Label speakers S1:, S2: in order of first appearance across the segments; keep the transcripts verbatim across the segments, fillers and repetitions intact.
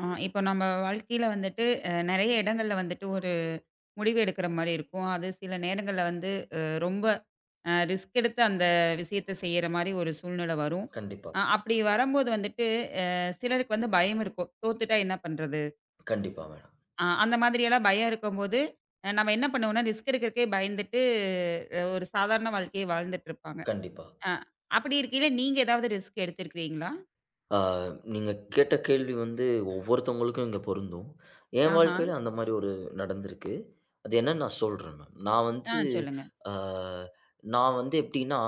S1: ஆ, இப்போ நம்ம வாழ்க்கையில வந்துட்டு அ நெறைய இடங்கள்ல வந்துட்டு ஒரு முடிவு எடுக்கிற மாரி இருக்கும். அது சில நேரங்கள்ல வந்து அ ரொம்ப அ ரிஸ்க் எடுத்து அந்த விஷயத்த செய்ற மாரி ஒரு சூழ்நிலை வரும்.
S2: கண்டிப்பா,
S1: அ அப்படி வரும்போது வந்துட்டு அ சிலருக்கு வந்து பயம் இருக்கும். தோத்துட்டா என்ன பண்றது?
S2: கண்டிப்பா மேடம்.
S1: அ அந்த மாதிரியெல்லாம் பயம் இருக்கும்போது, அ நம்ம என்ன பண்ணுவோம்னா, ரிஸ்க் எடுக்கிறதுக்கே பயந்துட்டு அ ஒரு சாதாரண வாழ்க்கைய வாழ்ந்துட்டு இருப்பாங்க.
S2: கண்டிப்பா.
S1: அ அப்படி இருக்கையில நீங்க ஏதாவது ரிஸ்க் எடுத்திருக்கிறீங்களா?
S2: ஆ நீங்க கேட்ட கேள்வி வந்து ஒவ்வொருத்தவங்களுக்கும் இங்க பொருந்தும். என்
S1: ஆஹா.
S2: வாழ்க்கையில அந்த மாரி ஒரு நடந்திருக்கு. அது என்னன்னு நான் சொல்றேன் மேம். நான் வந்து
S1: ஆ, சொல்லுங்க.
S2: ஆ நான் வந்து எப்படின்னா,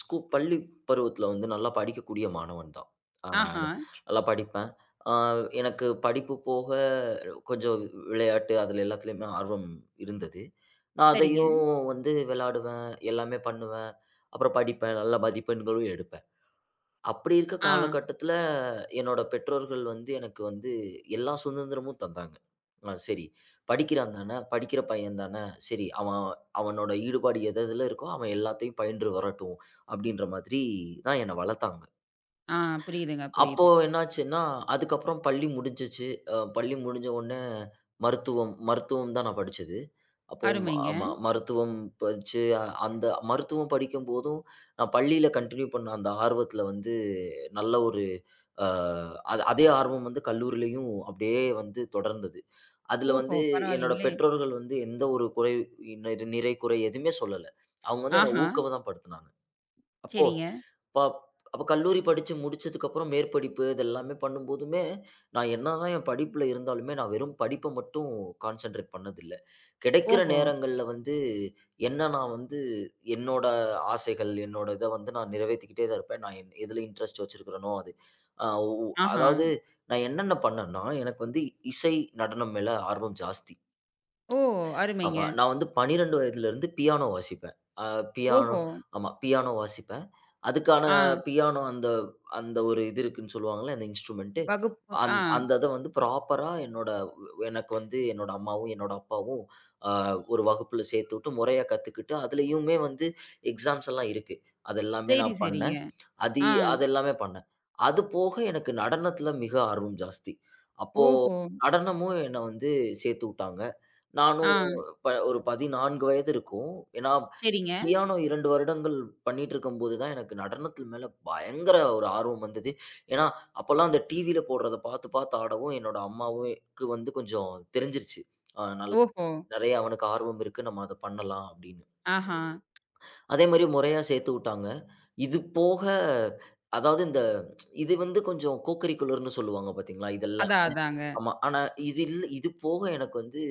S2: ஸ்கூ பள்ளி பருவத்தில வந்து நல்லா படிக்கக்கூடிய மாணவன் தான். ஆ
S1: ஆஹா.
S2: நல்லா படிப்பேன். ஆ எனக்கு படிப்பு போக கொஞ்சம் விளையாட்டு அதில எல்லாத்துலயுமே ஆர்வம் இருந்தது. நான்
S1: சரிங்க.
S2: அதையும் வந்து விளையாடுவேன், எல்லாமே பண்ணுவேன். அப்புறம் படிப்பேன், நல்ல மதிப்பெண்களும் எடுப்பேன். அப்படி இருக்க
S1: ஆ.
S2: காலகட்டத்துல, என்னோட பெற்றோர்கள் வந்து எனக்கு வந்து எல்லா சுதந்திரமும் தந்தாங்க. அ சரி படிக்கிறான் தான, படிக்கிற பையன் தான, சரி அவன் அவனோட ஈடுபாடு எது எதுல இருக்கோ, அவன் எல்லாத்தையும் பயின்று வரட்டும். அப்படின்ற மாதிரி தான் என்ன வளர்த்தாங்க.
S1: ஆ, புரியுதுங்க,
S2: அப்போ
S1: புரியுது.
S2: என்னாச்சுன்னா, அதுக்கப்புறம் பள்ளி முடிஞ்சுச்சு. அ பள்ளி முடிஞ்ச உடனே மருத்துவம் மருத்துவம் தான் நான் படிச்சது. அப்போ ம-
S1: அருமைங்க.
S2: ஆமா. மருத்துவம் படிச்சு அ- அந்த மருத்துவம் படிக்கும்போதும், நான் பள்ளியில கன்டின்யூ பண்ண அந்த ஆர்வத்தில வந்து நல்ல ஒரு அ அது அதே ஆர்வம் வந்து கல்லூரியிலயும் அப்படியே வந்து தொடர்ந்தது. அதில
S1: ஓஹோ!
S2: வந்து என்னோட
S1: பரவாயில்லைங்களே!
S2: பெற்றோர்கள் வந்து எந்த ஒரு குறை நிறை குறை எதுவுமே சொல்லல. அவங்க வந்து என்ன
S1: ஆஹா!
S2: ஊக்கம் தான் படுத்துனாங்க. அப்போ
S1: சரிங்க.
S2: ப அப்ப கல்லூரி படிச்சு முடிச்சதுக்கப்புறம் மேற்படிப்பு இது எல்லாமே பண்ணும்போதுமே, நான் என்னதான் என் படிப்புல இருந்தாலுமே, நான் வெறும் படிப்ப மட்டும் கான்சன்ட்ரேட் பண்ணதில்ல. கிடைக்கிற
S1: ஓஹோ!
S2: நேரங்கள்ல வந்து, என்ன நான் வந்து என்னோட ஆசைகள், என்னோட இத வந்து நான் நிறைவேத்திக்கிட்டே தான் இருப்பேன். நான் என் எதுல இன்ட்ரெஸ்ட் வச்சிருக்கிறேனோ அது. அ உ
S1: ஆஹா!
S2: அதாவது நான் என்னென்ன பண்ணேன்னா, எனக்கு வந்து இசை, நடனம் மேல ஆர்வம் ஜாஸ்தி.
S1: ஓ! அருமைங்க.
S2: ஆமா. நான் வந்து பன்னிரெண்டு வயதிலிருந்து பியானோ வாசிப்பேன். அ பியானோ
S1: ஓஹோ!
S2: ஆமா. பியானோ வாசிப்பேன். அதுக்கான
S1: ஆ,
S2: பியானோ அந்த அந்த ஒரு இது இருக்குன்னு சொல்லுவாங்கல்ல, அந்த இன்ஸ்ட்ருமென்ட்டு.
S1: வகுப்பு,
S2: அந்
S1: ஆ.
S2: அந்த இத வந்து ப்ராப்பரா என்னோட எனக்கு வந்து என்னோட அம்மாவும், என்னோட அப்பாவும் அ ஒரு வகுப்புல சேர்த்து விட்டு முறையா கத்துக்கிட்டு, அதுலயுமே வந்து எக்ஸாம்ஸ் எல்லாம் இருக்கு. அது எல்லாமே
S1: சரி,
S2: நான் பண்ணேன்.
S1: சரிங்க.
S2: அது
S1: ஆ.
S2: அது எல்லாமே பண்ணேன். அது போக எனக்கு நடனத்தில மிக ஆர்வம் ஜாஸ்தி. அப்போ
S1: ஓஹோ!
S2: நடனமும் என்ன வந்து சேர்த்து விட்டாங்க.
S1: ஆ.
S2: நானும் ப ஒரு பதினான்கு வயது இருக்கும். ஏன்னா,
S1: சரிங்க.
S2: பியானோ இரண்டு வருடங்கள் பண்ணிட்டுருக்கும்போது தான் எனக்கு நடனத்தின் மேல பயங்கர ஒரு ஆர்வம் வந்தது. ஏன்னா, அப்பலாம் அந்த டிவில போடுறத பார்த்து, பார்த்து ஆடவும் என்னோட அம்மாவுக்கு வந்து கொஞ்சம் தெரிஞ்சிருச்சு. அ நல்
S1: ஓஹோ!
S2: நெறைய அவனுக்கு ஆர்வம் இருக்கு. நம்ம அத பண்ணலாம் அப்படின்னு.
S1: ஆஹா!
S2: அதே மாரி முறையா சேர்த்து விட்டாங்க. இது போக அதாவது இந்த இது வந்து கொஞ்சம் கோ கரிக்குலர்ன்னு சொல்லுவாங்க பார்த்தீங்களா? இது
S1: அதான்,
S2: எல்லாமே.
S1: அதாங்க.
S2: ஆமா. ஆனா இது இல் இது போக எனக்கு வந்து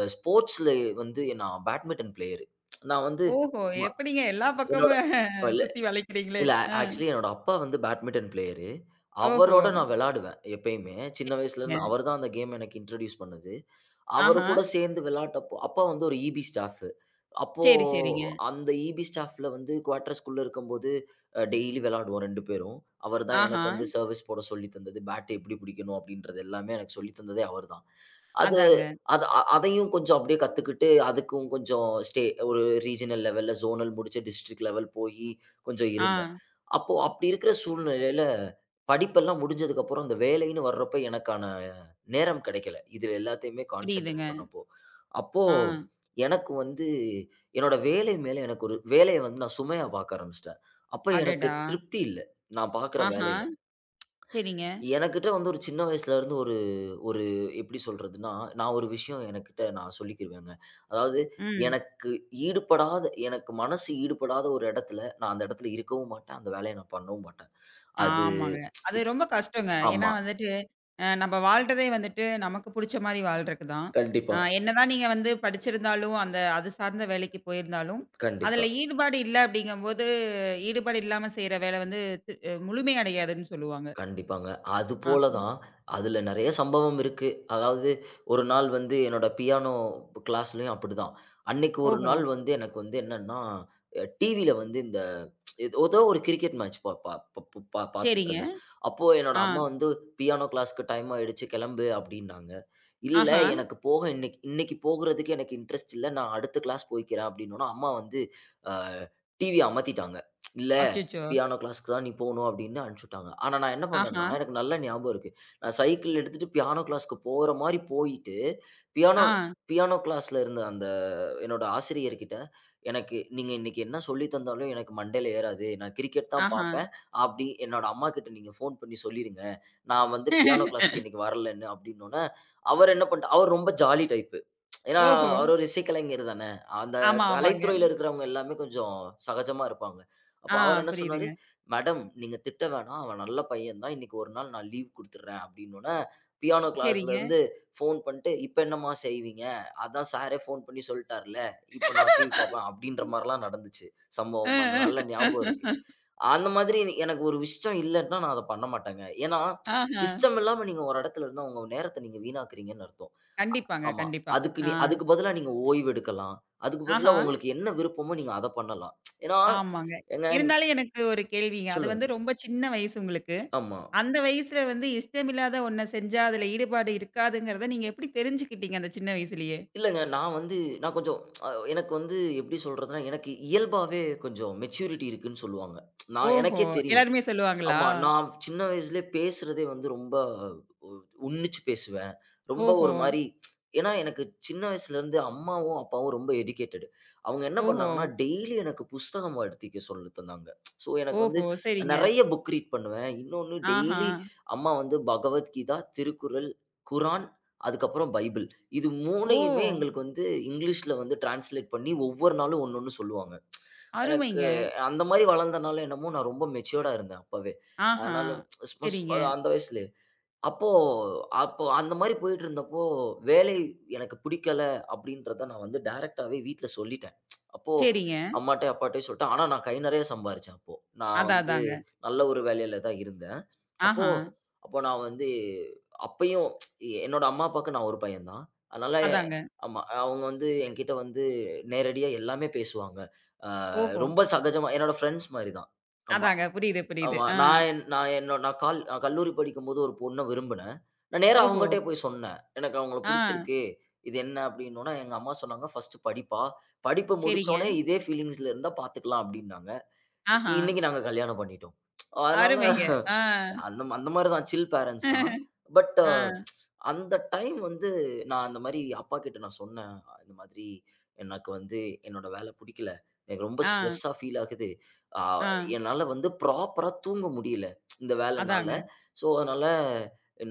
S2: அ ஸ்போர்ட்ஸ்ல வந்து நான் பேட்மிட்டன் பிளேயரு. நான் வந்து
S1: ஓஹோ!
S2: ஆமா.
S1: எப்படிங்க எல்லா
S2: என்னோட
S1: பக்கமும் சுத்தி வளைக்கிறீங்களே!
S2: இல்ல.
S1: அ
S2: ஆக்சுவலி என்னோட அப்பா வந்து பேட்மிட்டன் பிளேயரு.
S1: ஓஹோ!
S2: அவரோட நான் விளையாடுவேன் எப்பயுமே. சின்ன
S1: ங்க.
S2: வயசுலேருந்து அவர் தான் அந்த கேம் எனக்கு இன்ட்ரோடியூஸ் பண்ணது. அவரு
S1: ஆஹா!
S2: கூட சேர்ந்து விளையாட்டப்போ அப்பா வந்து ஒரு ஈபி ஸ்டாஃப்பு. அப்போ
S1: சரி, சரிங்க.
S2: அந்த ஈபி ஸ்டாஃப்ல வந்து குவார்டர்ஸ்குள்ள இருக்கும்போது அ டெய்லி விளையாடுவோம் ரெண்டு பேரும். அவர் தான் எனக்கு
S1: ஆஹா!
S2: வந்து சர்வீஸ் போட சொல்லி தந்தது. பேட் எப்படி பிடிக்கணும் அப்படின்றது எல்லாமே எனக்கு சொல்லி தந்ததே அவர் தான். அது
S1: அதாங்க.
S2: அது அ அதையும் கொஞ்சம் அப்படியே கத்துக்கிட்டு, அதுக்கும் கொஞ்சம் ஸ்டே ஒரு ரீஜினல் லெவல்ல, ஜோனல் முடிச்சு டிஸ்ட்ரிக்ட் லெவல் போயி கொஞ்சம்
S1: ஆ,
S2: இருந்தேன். அப்போ அப்படி இருக்கிற சூழ்நிலையில, படிப்பெல்லாம் முடிஞ்சதுக்கு அப்புறம் அந்த வேலைன்னு வர்றப்ப எனக்கான நேரம் கிடைக்கல. இதில எல்லாத்தையுமே
S1: புரியுதுங்க.
S2: கான்சன்ட்ரேட் பண்ணப்போ. அப்போ
S1: ஆ.
S2: எனக்கு வந்து என்னோட வேலை மேல எனக்கு ஒரு வேலைய வந்து நான் சுமையா பார்க்க ஆரம்பிச்சுட்டேன். அப்ப எனக்கு
S1: அடடா!
S2: திருப்தி இல்ல. நான் பார்க்குற
S1: ஆஹா!
S2: வேலையில.
S1: சரிங்க.
S2: எனக்கிட்ட வந்து ஒரு சின்ன வயசுலேருந்து ஒரு ஒரு எப்படி சொல்றதுன்னா, நான் ஒரு விஷயம் எனக்கிட்ட நான் சொல்லிக்கிருவேங்க. அதாவது
S1: ம்.
S2: எனக்கு ஈடுபடாத எனக்கு மனசு ஈடுபடாத ஒரு இடத்துல, நான் அந்த இடத்துல இருக்கவும் மாட்டேன். அந்த வேலைய நான் பண்ணவும் மாட்டேன். அது
S1: ஆமாங்க. அது ரொம்ப கஷ்டங்க. ஏன்னா
S2: ஆமா.
S1: வந்துட்டு, அ நம்ம வாழ்றதே வந்துட்டு நமக்கு புடிச்ச மாரி வாழ்றக்கு தான்.
S2: கண்டிப்பா,
S1: அ என்னதான் நீங்க வந்து படிச்சிருந்தாலும், அந்த அது சார்ந்த வேலைக்கு போயிருந்தாலும், அதுல
S2: கண்டிப்பா,
S1: ஈடுபாடு இல்ல அப்படிங்கும்போது, ஈடுபாடு இல்லாம செய்ற வேலை வந்து தி அஹ், முழுமை அடையாதுன்னு சொல்லுவாங்க.
S2: கண்டிப்பாங்க. அதுபோல
S1: ஆஹ.
S2: தான் அதுல நெறைய சம்பவம் இருக்கு. அதாவது ஒரு நாள் வந்து என்னோட பியானோ கிளாஸ்லயும் அப்படிதான். அன்னைக்கு ஒரு
S1: ஓஹோ!
S2: நாள் வந்து எனக்கு வந்து என்னன்னா, அ டிவில வந்து இந்த இது- ஏதோ ஒரு கிரிக்கெட் மேட்ச் பா பா ப பா
S1: சரிங்க.
S2: பாத்துட்டுருந்தேன். அப்போ என்னோட
S1: ஆ.
S2: அம்மா வந்து பியானோ கிளாஸ்க்கு டைம் ஆயிடுச்சு கிளம்பு அப்படின்னாங்க. இல்ல
S1: ஆஹா.
S2: எனக்கு போக இன்னைக்கு இன்னைக்கு போகுறதுக்கு எனக்கு இன்ட்ரெஸ்ட் இல்ல. நான் அடுத்த கிளாஸ் போய்க்கிறேன் அப்படின்னோன, அம்மா வந்து அ டிவிய அமத்திட்டாங்க. இல்ல
S1: அச்சச்சோ!
S2: பியானோ கிளாஸ்க்கு தான் நீ போணும் அப்படின்னு அனுப்பிச்சுட்டாங்க. ஆனா நான் என்ன பண்ணேன்னா,
S1: ஆஹா.
S2: எனக்கு நல்லா ஞாபகம் இருக்கு. நான் சைக்கிள் எடுத்துட்டு பியானோ கிளாஸ்க்கு போற மாரி போயிட்டு, பியானோ
S1: ஆ.
S2: பியானோ கிளாஸ்ல இருந்த அந்த என்னோட ஆசிரியர்கிட்ட, "எனக்கு நீங்க இன்னைக்கு என்ன சொல்லி தந்தாலும் எனக்கு மண்டையில ஏறாது. நான் கிரிக்கெட் தான்
S1: ஆஹா.
S2: பார்ப்பேன். அப்படி என்னோட அம்மாகிட்ட நீங்க ஃபோன் பண்ணி சொல்லிருங்க. நான் வந்து பியானோ கிளாஸ்க்கு இன்னைக்கு வரலன்னு" அப்படின்னோனே, அவர் என்ன பண்ணிட்டா அவர் ரொம்ப ஜாலி டைப்பு. ஏன்னா,
S1: ஓஹோ!
S2: அவர் ஒரு இசைக்கலைஞர் தானே. அந்த
S1: ஆமா, ஆமாங்க.
S2: கலைத்துறையில இருக்கிறவங்க எல்லாமே கொஞ்சம் சகஜமா இருப்பாங்க. அப்போ
S1: ஆ,
S2: அவரு என்ன சொன்னாரு,
S1: புரியுதுங்க.
S2: "மேடம் நீங்க திட்ட வேணாம். அவன் நல்ல பையன் தான். இன்னைக்கு ஒரு நாள் நான் லீவ் குடுத்துடுறேன்" அப்படின்னோனே, பியானோ
S1: சரிங்க.
S2: கிளாஸ்லருந்து ஃபோன் பண்ணிட்டு, "இப்ப என்னம்மா செய்வீங்க? அதான் சாரே ஃபோன் பண்ணி சொல்ட்டார்ல. இப்ப நான் டிவி பார்ப்பேன்" அப்படின்ற மாரிலாம் நடந்துச்சு.
S1: அ,
S2: சம்பவம் எனக்கு நல்ல
S1: அ.
S2: ஞாபகம் இருக்கு. அந்த மாதிரி எனக்கு எனக்கு ஒரு இஷ்டம் இல்லன்னா, நான் அத பண்ண மாட்டேங்க. ஏன்னா,
S1: ஆஹா.
S2: இஷ்டம் இல்லாம நீங்க ஒரு இடத்துல இருந்தா உங்க நேரத்த நீங்க வீணாக்குறீங்கன்னு அர்த்தம்.
S1: கண்டிப்பாங்க,
S2: ஆமா.
S1: கண்டிப்பா.
S2: அதுக்கு நீ
S1: ஆ,
S2: அதுக்கு பதிலா நீங்க ஓய்வு எடுக்கலாம். அதுக்கு பதிலா
S1: ஆஹா,
S2: உங்களுக்கு என்ன விருப்பமோ நீங்க அத பண்ணலாம். ஏன்னா,
S1: ஆமாங்க.
S2: ஏங்க
S1: இருந்தாலும் எனக்கு ஒரு கேள்விங்க. அது
S2: சொல்லுங்க.
S1: வந்து ரொம்ப சின்ன வயசு உங்களுக்கு.
S2: ஆமா.
S1: அந்த வயசுல வந்து இஷ்டமில்லாத ஒண்ண செஞ்சா அதுல ஈடுபாடு இருக்காதுங்கிறத நீங்க எப்படி தெரிஞ்சுக்கிட்டீங்க அந்த சின்ன வயசுலயே?
S2: இல்லங்க. நான் வந்து நான் கொஞ்சம் அ எனக்கு வந்து எப்படி சொல்றதுன்னா, எனக்கு இயல்பாவே கொஞ்சம் மெச்சூரிட்டி இருக்குன்னு சொல்லுவாங்க. நான்
S1: ஓஹோ!
S2: எனக்கே தெரியும்.
S1: எல்லாருமே சொல்லுவாங்களா?
S2: ஆமா. நான் சின்ன வயசுலயே பேசுறதே வந்து ரொம்ப உ உன்னிச்சு பேசுவேன். ரொம்ப
S1: ஓஹோ!
S2: ஒரு மாரி ஏன்னா எனக்கு சின்ன வயசுலேருந்து அம்மாவும், அப்பாவும் ரொம்ப எடுகேட்டடு. அவங்க என்ன
S1: ஓஹோ!
S2: பண்ணாங்கன்னா, டெய்லி எனக்கு புஸ்தகம் எடுத்திக்க சொல்லி தந்தாங்க. ஸோ எனக்கு வந்து
S1: ஓஹோ! சரிங்க.
S2: நெறைய புக் ரீட் பண்ணுவேன். இன்னொன்னு
S1: ஆஹா.
S2: டெய்லி அம்மா வந்து பகவத்கீதா, திருக்குறள், குரான், அதுக்கப்புறம் பைபிள். இது
S1: ஓ!
S2: 3யுமே எங்களுக்கு வந்து இங்கிலீஷ்ல வந்து டிரான்ஸ்லேட் பண்ணி ஒவ்வொரு நாளும் ஒண்ணு ஒண்ணு சொல்லுவாங்க. எனக்கு
S1: அருமைங்க.
S2: அந்த மாரி வளர்ந்தனால என்னமோ நான் ரொம்ப மெச்சூர்டா இருந்தேன் அப்பவே.
S1: ஆஹா.
S2: அதனால ஸ்- மஸ்
S1: சரிங்க,
S2: அது அந்த வயசுலே. அப்போ அப்போ அந்த மாரி போயிட்டுருந்தப்போ, வேலை எனக்கு பிடிக்கல அப்படின்றத நான் வந்து டைரக்ட்டாவே வீட்ல சொல்லிட்டேன். அப்போ
S1: சரிங்க.
S2: அம்மாட்டயும், அப்பாட்டயும் சொல்லிட்டேன். ஆனா நான் கை நெறைய சம்பாரிச்சேன் அப்போ. நான்
S1: அதான்,
S2: வந்து
S1: அதாங்க.
S2: நல்ல ஒரு வேலையில தான் இருந்தேன். அப்போ
S1: ஆஹா.
S2: அப்போ நான் வந்து அப்பயும் என்னோட அம்மா, அப்பாவுக்கு நான் ஒரு பையன் தான். அதனால எ-
S1: அதாங்க.
S2: ஆமா. அவங்க வந்து என்கிட்ட வந்து நேரடியா எல்லாமே பேசுவாங்க. அ
S1: ஓஹோ!
S2: ரொம்ப சகஜமா என்னோட ஃப்ரெண்ட்ஸ் மாரி தான். ஆமா.
S1: அதாங்க. புரியுது, புரியுது.
S2: ஆமா.
S1: ஆ.
S2: நான் என் நான் என்னோ நான் கால் நான் கல்லூரி படிக்கும்போது ஒரு பொண்ண விரும்புனேன். நான் நேரா
S1: ஓஹோ!
S2: அவங்கட்டயே போய் சொன்னேன். "எனக்கு அவங்கள
S1: ஆ.
S2: புடிச்சிருக்கு. இது என்ன?" அப்படின்னோன, எங்க அம்மா சொன்னாங்க, "ஃபர்ஸ்ட் படிப்பா. படிப்ப
S1: சரிங்க.
S2: முடிச்சோனே இதே ஃபீலிங்ஸ்ல இருந்தா பாத்துக்கலாம்." அப்படின்னாங்க.
S1: ஆஹா.
S2: இன்னைக்கு நாங்க கல்யாணம் பண்ணிட்டோம். அதனால
S1: அருமைங்க. ஆ.
S2: அந்த அந்த மாரி தான் சில் பேரன்ட்ஸ் தான். பட் அ
S1: ஆ,
S2: அந்த டைம் வந்து நான் அந்த மாரி அப்பா கிட்ட நான் சொன்னேன். இந்த மாதிரி எனக்கு வந்து என்னோட வேல புடிக்கல. எனக்கு ரொம்ப
S1: ஆ,
S2: ஸ்ட்ரெஸ்ஸா ஃபீல் ஆகுது. ஆ
S1: ஆ.
S2: என்னால வந்து ப்ராப்பரா தூங்க முடியல. இந்த வேலைனால.
S1: அதாங்க.
S2: ஸோ அதனால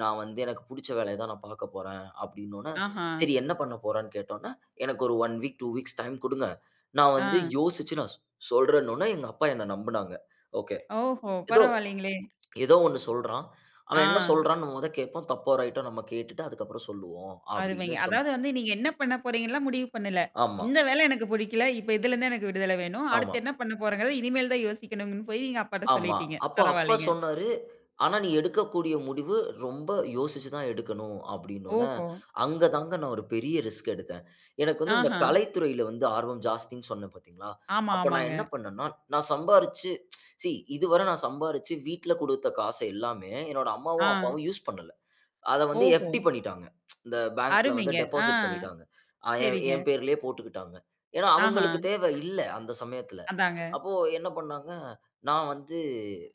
S2: நான் வந்து எனக்கு புடிச்ச வேலைய தான் நான் பார்க்க போறேன் அப்டின்னோனே,
S1: ஆஹா.
S2: சரி என்ன பண்ண போறன்னு கேட்டோனே, எனக்கு ஒரு 1 வீக், ரெண்டு வீக்ஸ் டைம் குடுங்க. நான்
S1: ஆ.
S2: வந்து யோசிச்சு நான் சொல்றேன்னோனே எங்க அப்பா என்ன நம்புனாங்க. ஓகே.
S1: ஓஹோ!
S2: ஏதோ
S1: பரவாயில்லைங்களே!
S2: ஏதோ ஒண்ணு சொல்றான்.
S1: ஆ.
S2: அவன் என்ன சொல்றான்னு மொத கேட்போம். தப்போ, ரைட்டோ நம்ம கேட்டுட்டு அதுக்கப்புறம் சொல்லுவோம்.
S1: அருமைங்க.
S2: அப்படின்னு சொன்னோம்.
S1: அதாவது வந்து நீங்க என்ன பண்ண போறீங்கன்லாம் முடிவு பண்ணல.
S2: ஆமா,
S1: இந்த வேலை எனக்கு புடிக்கல. இப்ப இதுலருந்து எனக்கு விடுதலை வேணும்.
S2: ஆமா,
S1: அடுத்து என்ன பண்ண போறேங்கிறத இனிமேல் தான் யோசிக்கணும்ன்னு போய் நீங்க அப்பாட்ட
S2: ஆமா.
S1: சொல்லிட்டீங்க.
S2: அப்போ அப்பா
S1: பரவாயில்லைங்க.
S2: சொன்னாரு. ஆனா, நீ எடுக்கக்கூடிய முடிவு ரொம்ப யோசிச்சு தான் எடுக்கணும் அப்படின்னோன,
S1: ஓஹோ!
S2: அங்க தாங்க நான் ஒரு பெரிய ரிஸ்க் எடுத்தேன். எனக்கு வந்து இந்த
S1: ஆஹா.
S2: கலைத்துறையில வந்து ஆர்வம் ஜாஸ்தின்னு சொன்னேன் பார்த்தீங்களா?
S1: ஆமா,
S2: அப்ப நான்
S1: ஆமாங்க.
S2: என்ன பண்ணேன்னா, நான் சம்பாரிச்சு சி இதுவரை நான் சம்பாரிச்சு வீட்ல குடுத்த காசு எல்லாமே என்னோட
S1: ஆ.
S2: அம்மாவும், அப்பாவும் யூஸ் பண்ணல. அத வந்து
S1: ஓஹோ!
S2: எஃப்டி பண்ணிட்டாங்க. இந்த பேங்க்ல வந்து
S1: அருமைங்க. ஆ.
S2: டெபாசிட் பண்ணிட்டாங்க. அ என்
S1: சரிங்க.
S2: என் பேர்லயே போட்டுக்கிட்டாங்க. ஏன்னா,
S1: ஆஹா.
S2: அவங்களுக்கு தேவை இல்ல அந்த சமயத்துல.
S1: அதாங்க.
S2: அப்போ என்ன பண்ணாங்க, நான் வந்து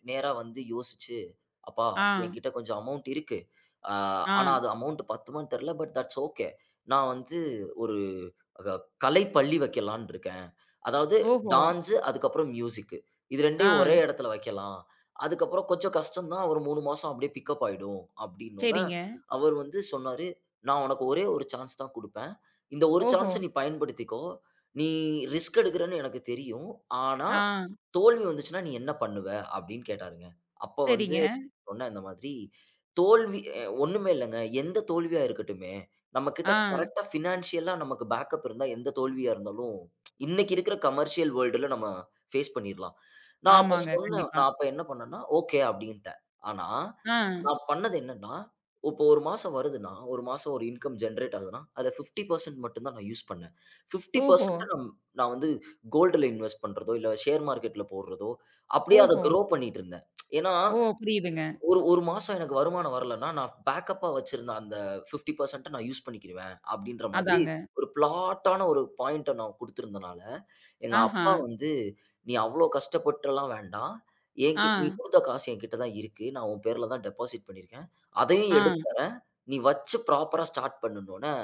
S2: நேரா வந்து யோசிச்சு, "அப்பா
S1: ஆ,
S2: என்கிட்ட கொஞ்சம் அமௌண்ட் இருக்கு. அ
S1: ஆ.
S2: ஆனா அது அமௌண்ட் பத்துமான்னு தெரியல. But that's okay. நான் வந்து ஒரு அக கலை பள்ளி வைக்கலான்னு இருக்கேன். அதாவது
S1: ஓஹோ!
S2: டான்ஸு, அதுக்கப்புறம் மியூசிக்கு. இது
S1: ஆ.
S2: 2யும் ஒரே இடத்துல வைக்கலாம். அதுக்கப்புறம் கொஞ்சம் கஷ்டம் தான். ஒரு மூணு மாசம் அப்படியே பிக்கப் ஆயிடும்." அப்படின்னோனே,
S1: சரிங்க.
S2: அவர் வந்து சொன்னாரு, "நான் உனக்கு ஒரே ஒரு சான்ஸ் தான் குடுப்பேன். இந்த ஒரு
S1: ஓஹோ!
S2: சான்ஸ நீ பயன்படுத்திக்கோ. நீ ரிஸ்க் எடுக்குறன்னு எனக்கு தெரியும். ஆனா,
S1: ஆ.
S2: தோல்வி வந்துச்சுன்னா நீ என்ன பண்ணுவ?" அப்படின்னு கேட்டாருங்க. அப்ப வந்து
S1: சரிங்க.
S2: சொன்னேன் இந்த மாதிரி, தோல்வி அ ஒண்ணுமே இல்லங்க. எந்த தோல்வியா இருக்கட்டுமே, நம்ம கிட்ட
S1: ஆ.
S2: கரெக்ட்டா ஃபினான்ஷியலா நமக்கு பேக்கப் இருந்தா எந்த தோல்வியா இருந்தாலும், இன்னைக்கு இருக்கிற கமர்ஷியல் வேர்ல்டுல நம்ம ஃபேஸ் பண்ணிறலாம். நான் அப்ப
S1: ஆமாங்க.
S2: சொன்னேன்.
S1: கண்டிப்பா.
S2: நான் அப்ப என்ன பண்ணேன்னா, ஓகே அப்படின்ட்டேன். ஆனா,
S1: ஆ.
S2: நான் பண்ணது என்னன்னா, இப்போ ஒரு மாசம் வருதுன்னா, ஒரு மாசம் ஒரு இன்கம் ஜெனரேட் ஆகுதுன்னா, அதுல ஐம்பது சதவீதம் மட்டும் தான் நான் யூஸ் பண்ணேன்.
S1: ஓஹோ!
S2: ஐம்பது சதவீதம் நான் நான் வந்து கோல்டுல இன்வெஸ்ட் பண்றதோ, இல்ல ஷேர் மார்க்கெட்ல போடுறதோ, அப்படியே அத
S1: ஓஹோ!
S2: க்ரோ பண்ணிட்டு இருந்தேன். ஏன்னா
S1: ஓ! புரியுதுங்க.
S2: ஒரு 1 மாசம் எனக்கு வருமானம் வரலன்னா, நான் பேக்கப்‌பா வச்சிருந்த அந்த ஐம்பது சதவீதம் நான் யூஸ் பண்ணிக்கிருவேன். அப்படின்ற மாதிரி
S1: அதாங்க.
S2: ஒரு பிளாட்டான ஒரு பாயிண்ட்ட நான் குடுத்திருந்தனால, எங்க
S1: ஆஹா!
S2: அப்பா வந்து, "நீ அவ்ளோ கஷ்டப்பட்டுலாம் வேண்டாம்.
S1: ஆ,
S2: என்கிட்ட நீ குடுத்த காசு என்கிட்ட தான் இருக்கு. நான் உன் பேர்ல தான் டெபாசிட் பண்ணியிருக்கேன். அதையும்
S1: ஆ.
S2: எடுத்து தரேன். நீ வச்சு ப்ராப்பரா ஸ்டார்ட் பண்ணுனோனே"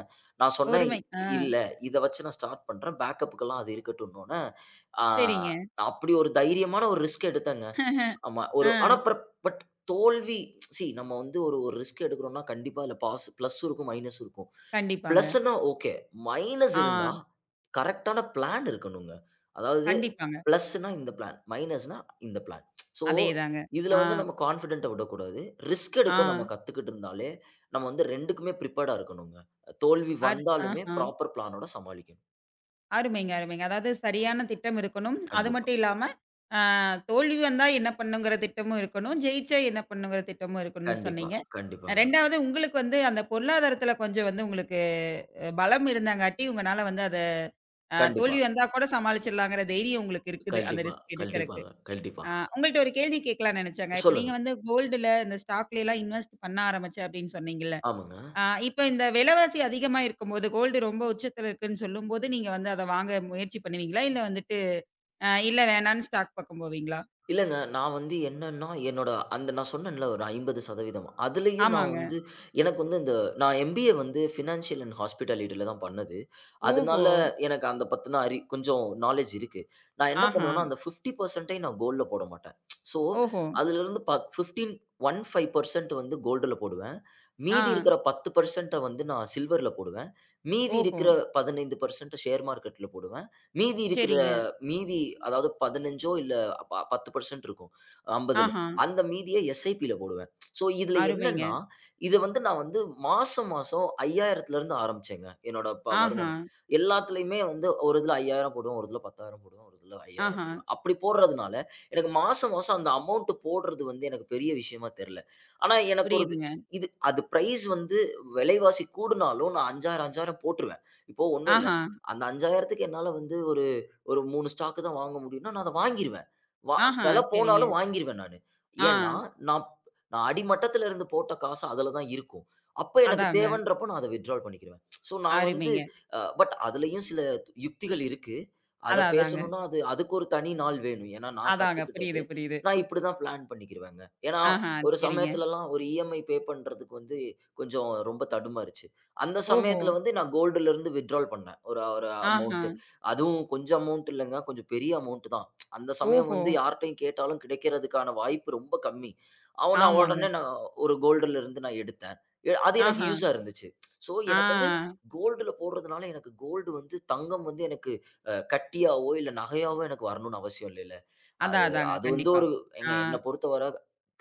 S2: நான் சொன்னேன்,
S1: ஒருமை.
S2: "இ-
S1: ஆ.
S2: "இல்ல. இத வச்சு நான் ஸ்டார்ட் பண்றேன். பேக்கப்புக்கெல்லாம் அது இருக்கட்டும்னோனே" ஆ
S1: சரிங்க.
S2: அப்படி ஒரு தைரியமான ஒரு ரிஸ்க் எடுத்தேங்க. ஆமா.
S1: ஆ.
S2: ஒரு ஆனா பட் பட் தோல்வி சி நம்ம வந்து ஒரு ஒரு ரிஸ்க் எடுக்கிறோம்னா, கண்டிப்பா அதுல பாஸ் பிளஸ்ஸும் இருக்கும், மைனஸும் இருக்கும்.
S1: கண்டிப்பாங்க.
S2: பிளஸ்ன்னா ஓகே. மைனஸ்
S1: ஆ.
S2: இருந்தா கரெக்ட்டான பிளான் இருக்கணுங்க. அதாவது
S1: கண்டிப்பாங்க.
S2: பிளஸ்ன்னா இந்த பிளான், மைனஸ்ன்னா இந்த பிளான். ஸோ
S1: அதேதாங்க.
S2: இதுல
S1: ஆ,
S2: வந்து நம்ம கான்ஃபிடென்ட்ட விடக்கூடாது. ரிஸ்க்
S1: ஆ.
S2: எடுக்க நம்ம கத்துக்கிட்டு இருந்தாலே, நம்ம வந்து 2க்குமே பிரிப்பேர்டா இருக்கணுங்க. தோல்வி
S1: அரு
S2: வந்தாலுமே
S1: ஆஹா.
S2: ப்ராப்பர் பிளானோட சமாளிக்கணும்.
S1: அருமைங்க, அருமைங்க. அதாவது சரியான திட்டம் இருக்கணும். அது
S2: கண்டிப்பா,
S1: மட்டும் இல்லாம, ஆ, தோல்வி வந்தா என்ன பண்ணுங்கிற திட்டமும் இருக்கணும். ஜெயிச்சா என்ன பண்ணுங்கிற திட்டமும் இருக்கணும்னு
S2: கண்டிப்பா,
S1: சொன்னீங்க.
S2: கண்டிப்பாங்க.
S1: ரெண்டாவது உங்களுக்கு வந்து அந்த பொருளாதாரத்துல கொஞ்சம் வந்து உங்களுக்கு அ பலம் இருந்தங்காட்டி, உங்கனால வந்து அத அ
S2: கண்டிப்பா,
S1: தோல்வி வந்தா கூட சமாளிச்சிடலாங்கிற தைரியம் உங்களுக்கு இருக்குது. அந்த
S2: கண்டிப்பா,
S1: ரிஸ்க் எடுக்கறக்கு.
S2: கண்டிப்பாங்க, கண்டிப்பா.
S1: அ உங்கள்ட்ட ஒரு கேள்வி கேட்கலாம்னு நெனச்சேங்க. இப்ப
S2: சொல்லுங்க.
S1: நீங்க வந்து கோல்டுல, இந்த ஸ்டாக்லலாம் இன்வெஸ்ட் பண்ண ஆரம்பிச்சேன் அப்படின்னு சொன்னீங்கல்ல.
S2: ஆமாங்க.
S1: அ இப்ப இந்த விலைவாசி அதிகமா இருக்கும்போது, கோல்டு ரொம்ப உச்சத்துல இருக்குன்னு சொல்லும்போது, நீங்க வந்து அத வாங்க முயற்சி பண்ணுவீங்களா? இல்ல வந்துட்டு அ இல்ல வேணான்னு ஸ்டாக் பக்கம் போவீங்களா?
S2: இல்லங்க. நான் வந்து என்னன்னா, என்னோட அந்த நான் சொன்னேன்ல ஒரு ஐம்பது சதவீதம் அதுலயும் நான்
S1: ஆமாங்க.
S2: வந்து எனக்கு வந்து இந்த நான் எம்பிஏ வந்து ஃபினான்ஷியல் அண்ட் ஹாஸ்பிட்டாலிட்டில தான் பண்ணது. அதனால
S1: ஓஹோ!
S2: எனக்கு அந்த பத்தின அறி கொஞ்சம் நாலேட்ஜ் இருக்கு. நான் என்ன
S1: ஆஹா!
S2: பண்ணுவேன்னா, அந்த ஐம்பது சதவீதம் நான் கோல்ட்ல போட மாட்டேன். ஸோ
S1: ஓஹோ!
S2: அதிலிருந்து ப பதினைந்து பதினைந்து சதவீதம் வந்து கோல்டுல போடுவேன்.
S1: ஆ.
S2: மீதி இருக்கிற பத்து சதவீதம் வந்து நான் சில்வர்ல போடுவேன். மீதி
S1: ஓஹோ!
S2: இருக்கிற பதினைந்து சதவீதம் ஷேர் மார்க்கெட்ல போடுவேன். மீதி இருக்கிற
S1: சரிங்க.
S2: மீதி அதாவது 15ஓ இல்ல ப பத்து சதவீதம் இருக்கும். 50ல.
S1: ஆஹா!
S2: அந்த மீதிய எஸ்ஐபில போடுவேன். ஸோ இதுல
S1: அருமைங்க.
S2: என்னன்னா, இத வந்து நான் வந்து மாசம் மாசம் 5,000த்துலருந்து ஆரம்பிச்சேங்க. என்னோட ப
S1: ஆஹா,
S2: வருமானம். எல்லாத்துலயுமே வந்து ஒரு இதுல ஐயாயிரம் போடுவேன், ஒரு இதுல பத்தாயிரம் போடுவேன், ஒரு இதுல ஐயாயிரம்
S1: ஆஹா.
S2: போடுவேன். அப்படி போடுறதுனால, எனக்கு மாசம் மாசம் அந்த அமௌண்ட் போடுறது வந்து எனக்கு பெரிய விஷயமா தெரியல. ஆனா எனக்கு ஒரு இது
S1: புரியுதுங்க.
S2: இது அது பிரைஸ் வந்து விலைவாசி கூடுனாலும் நான் ஐயாயிரம் ஐயாயிரம் போட்டுருவேன். இப்போ ஒண்ணும் இல்ல.
S1: ஆஹா,
S2: அந்த 5,000த்துக்கு என்னால வந்து ஒரு ஒரு மூணு ஸ்டாக் தான் வாங்க முடியும்னா, நான் அத வாங்கிருவேன். வா
S1: ஆஹா.
S2: விலை
S1: சரிங்க.
S2: போனாலும் வாங்கிருவேன் நானு.
S1: ஆ.
S2: ஏன்னா, நான் நான் அடிமட்டத்துல இருந்து போட்ட காசு அதுல தான் இருக்கும். அப்ப எனக்கு
S1: அதாங்க.
S2: தேவைன்றப்ப நான் அத வித்ட்ரால் பண்ணிக்கிருவேன். ஸோ நான் வந்து
S1: அருமைங்க.
S2: அ பட் அதுலயும் சில யுக்திகள் இருக்கு. அத
S1: அதான், அதாங்க.
S2: பேசணும்னா அது அதுக்கு ஒரு தனி நாள் வேணும். ஏன்னா, நான்
S1: அதாங்க.
S2: கத்துக்கிட்டது.
S1: புரியுது, புரியுது.
S2: நான் இப்படி தான் பிளான் பண்ணிக்கிருவேங்க. ஏன்னா,
S1: ஆஹா,
S2: ஒரு
S1: சரிங்க.
S2: சமயத்துலலாம் ஒரு இஎம்ஐ பே பண்றதுக்கு வந்து கொஞ்சம் ரொம்ப தடுமாறுச்சு. அந்த
S1: ஓஹோ!
S2: சமயத்துல வந்து நான் கோல்டுல இருந்து வித்ட்ரால் பண்ணேன். ஒரு ஒரு
S1: ஆஹா.
S2: அமௌண்ட். அதுவும் கொஞ்சம் அமௌண்ட் இல்லங்க. கொஞ்சம் பெரிய அமௌண்ட் தான். அந்த சமயம்
S1: ஓஹோ!
S2: வந்து யார்ட்டயும் கேட்டாலும் கிடைக்கிறதுக்கான வாய்ப்பு ரொம்ப கம்மி. அவன் ஆமா. நான்
S1: ஆமாங்க.
S2: உடனே நான் ஒரு கோல்டுல இருந்து நான் எடுத்தேன். எ அது எனக்கு
S1: ஆஹா.
S2: யூஸா இருந்துச்சு. ஸோ
S1: ஆ.
S2: எனக்கு வந்து கோல்டுல போடுறதுனால எனக்கு கோல்டு வந்து தங்கம் வந்து எனக்கு அ கட்டியாவோ, இல்ல நகையாவோ எனக்கு வரணும்னு அவசியம் இல்லைல்ல.
S1: அதான்,
S2: அது
S1: அதாங்க.
S2: அது வந்து
S1: கண்டிப்பா.
S2: ஒரு ஏங்க
S1: ஆ.
S2: என்ன பொறுத்தவர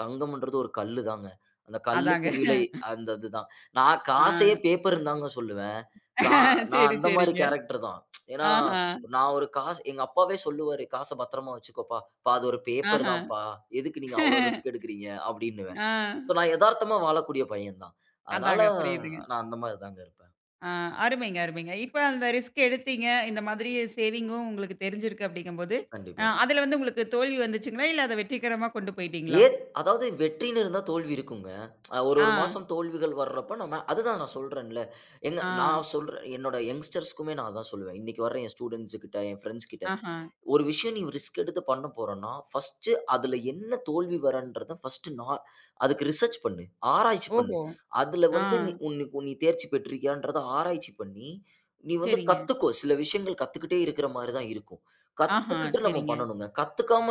S2: தங்கம்ன்றது ஒரு கல்லு தாங்க. அந்த
S1: அதாங்க.
S2: கல்லுக்கு விலை அந்த இதுதான். நான்
S1: ஆ.
S2: காசையே பேப்பர்ன்னு தாங்க சொல்லுவேன். கா நான்
S1: சரி,
S2: அந்த மாரி
S1: சரிங்க.
S2: கேரக்டர் தான். ஏன்னா,
S1: ஆஹா,
S2: நான் ஒரு காசு எங்க அப்பாவே சொல்லுவாரு, "காச பத்திரமா வச்சுக்கோப்பா. பா அது ஒரு பேப்பர்
S1: ஆஹா.
S2: தான்ப்பா. எதுக்கு நீங்க அவ்வளோ ரிஸ்க் எடுக்குறீங்க?" அப்படின்னுவேன்.
S1: ஆ.
S2: ஸோ நான் எதார்த்தமா வாழக்கூடிய பையன் தான். அதனால
S1: அதாங்க. புரியுதுங்க.
S2: நான் அந்த மாரி தாங்க இருப்பேன்.
S1: ஆ, அருமைங்க, அருமைங்க. இப்ப அந்த ரிஸ்க் எடுத்தீங்க. இந்த மாதிரி சேவிங்கும் உங்களுக்கு தெரிஞ்சிருக்கு அப்படிங்கும்போது, அ
S2: கண்டிப்பா.
S1: அதுல வந்து உங்களுக்கு தோல்வி வந்துச்சுங்களா? இல்ல அத வெற்றிகரமா கொண்டு போயிட்டீங்களா?
S2: ஏத் அதாவது வெற்றின்னு இருந்தா தோல்வி இருக்குங்க. அ ஒரு
S1: ஆ,
S2: ஒரு மாசம் தோல்விகள் வர்றப்ப நம்ம அதுதான் நான் சொல்றேன்ல. எங்க
S1: ஆ,
S2: நான் சொல்றேன் என்னோட யங்ஸ்டர்ஸ்க்குமே நான் அதான் சொல்லுவேன். இன்னைக்கு வர்ற என் ஸ்டூடண்ட்ஸ் கிட்ட, என் ஃபிரெண்ட்ஸ் கிட்ட.
S1: ஆஹா.
S2: ஒரு விஷயம் நீ ரிஸ்க் எடுத்து பண்ண போறன்னா, ஃபர்ஸ்ட்டு அதுல என்ன தோல்வி வரன்றத ஃபர்ஸ்ட்டு நா அதுக்கு ரிசர்ச் பண்ணு. ஆராய்ச்சி பண்ணு.
S1: ஓஹோ!
S2: அதுல
S1: ஆ,
S2: வந்து நீ உனக்கு நீ தேர்ச்சி பெற்றிருக்கியான்றத ஆராய்ச்சி பண்ணி, நீ வந்து
S1: சரிங்க.
S2: கத்துக்கோ. சில விஷயங்கள் கத்துக்கிட்டே இருக்கிற மாரி தான் இருக்கும்.
S1: ஆஹா,
S2: கத்துக்கிட்டு நம்ம
S1: சரிங்க.
S2: பண்ணணுங்க. கத்துக்காம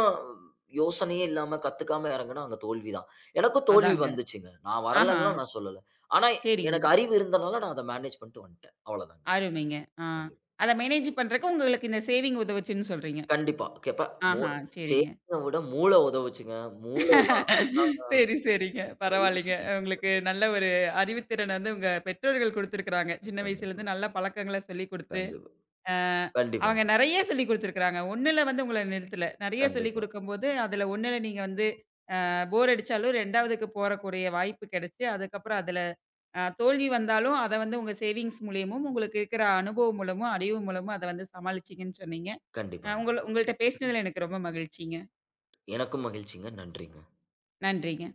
S2: யோசனையே இல்லாம கத்துக்காம இறங்குனா அங்க தோல்வி தான். எனக்கும் தோல்வி
S1: அதாங்க.
S2: வந்துச்சுங்க. நான்
S1: ஆஹா,
S2: வரலன்லாம் நான் சொல்லல. ஆனா
S1: சரிங்க.
S2: எனக்கு அறிவு இருந்தனால நான் அத மேனேஜ் பண்ணிட்டு வந்துட்டேன். அவ்வளதாங்க.
S1: அருமைங்க. ஆ.
S2: கண்டிப்பா.
S1: அத மேனேஜ் பண்றக்கு உங்களுக்கு இந்த சேவிங் உதவுச்சுன்னு சொல்றீங்க.
S2: கண்டிப்பா. கேப்ப மூ
S1: ஆஹா, சரிங்க.
S2: சேமிய விட மூள உதவுச்சுங்க. மூளை தான் அதாங்க
S1: சரி, சரிங்க. பரவாயில்லைங்க.
S2: யோசிக்கும்.
S1: உங்களுக்கு நல்ல ஒரு அறிவுத்திறன் வந்து உங்க பெற்றோர்கள் குடுத்துருக்காங்க. சின்ன
S2: கண்டிப்பா,
S1: வயசுலேருந்து நல்ல பழக்கங்கள சொல்லிக் குடுத்து,
S2: கண்டிப்பா,
S1: அ
S2: கண்டிப்பாங்க.
S1: அவங்க
S2: கண்டிப்பா,
S1: நெறைய சொல்லிக் குடுத்துருக்காங்க. ஒன்றில் வந்து உங்கள நிறுத்தல. நெறைய சொல்லிக்
S2: கண்டிப்பாங்க.
S1: குடுக்கும்போது, அதுல ஒன்றில் நீங்க வந்து அ போர் அடிச்சாலும் ரெண்டாவதுக்கு போறக்கூடிய வாய்ப்பு கிடைச்சு, அதுக்கப்புறம் அதுல அ தோல்வி வந்தாலும், அத வந்து உங்க சேவிங்ஸ் மூலியமும், உங்களுக்கு இருக்கிற அனுபவம் மூலமும், அறிவு மூலமும் அத வந்து சமாளிச்சீங்கன்னு சொன்னீங்க. அ
S2: கண்டிப்பாங்க.
S1: உங்கள உங்கள்ட்ட பேசினதுல எனக்கு ரொம்ப மகிழ்ச்சிங்க.
S2: எனக்கும் மகிழ்ச்சிங்க. நன்றிங்க.
S1: நன்றிங்க.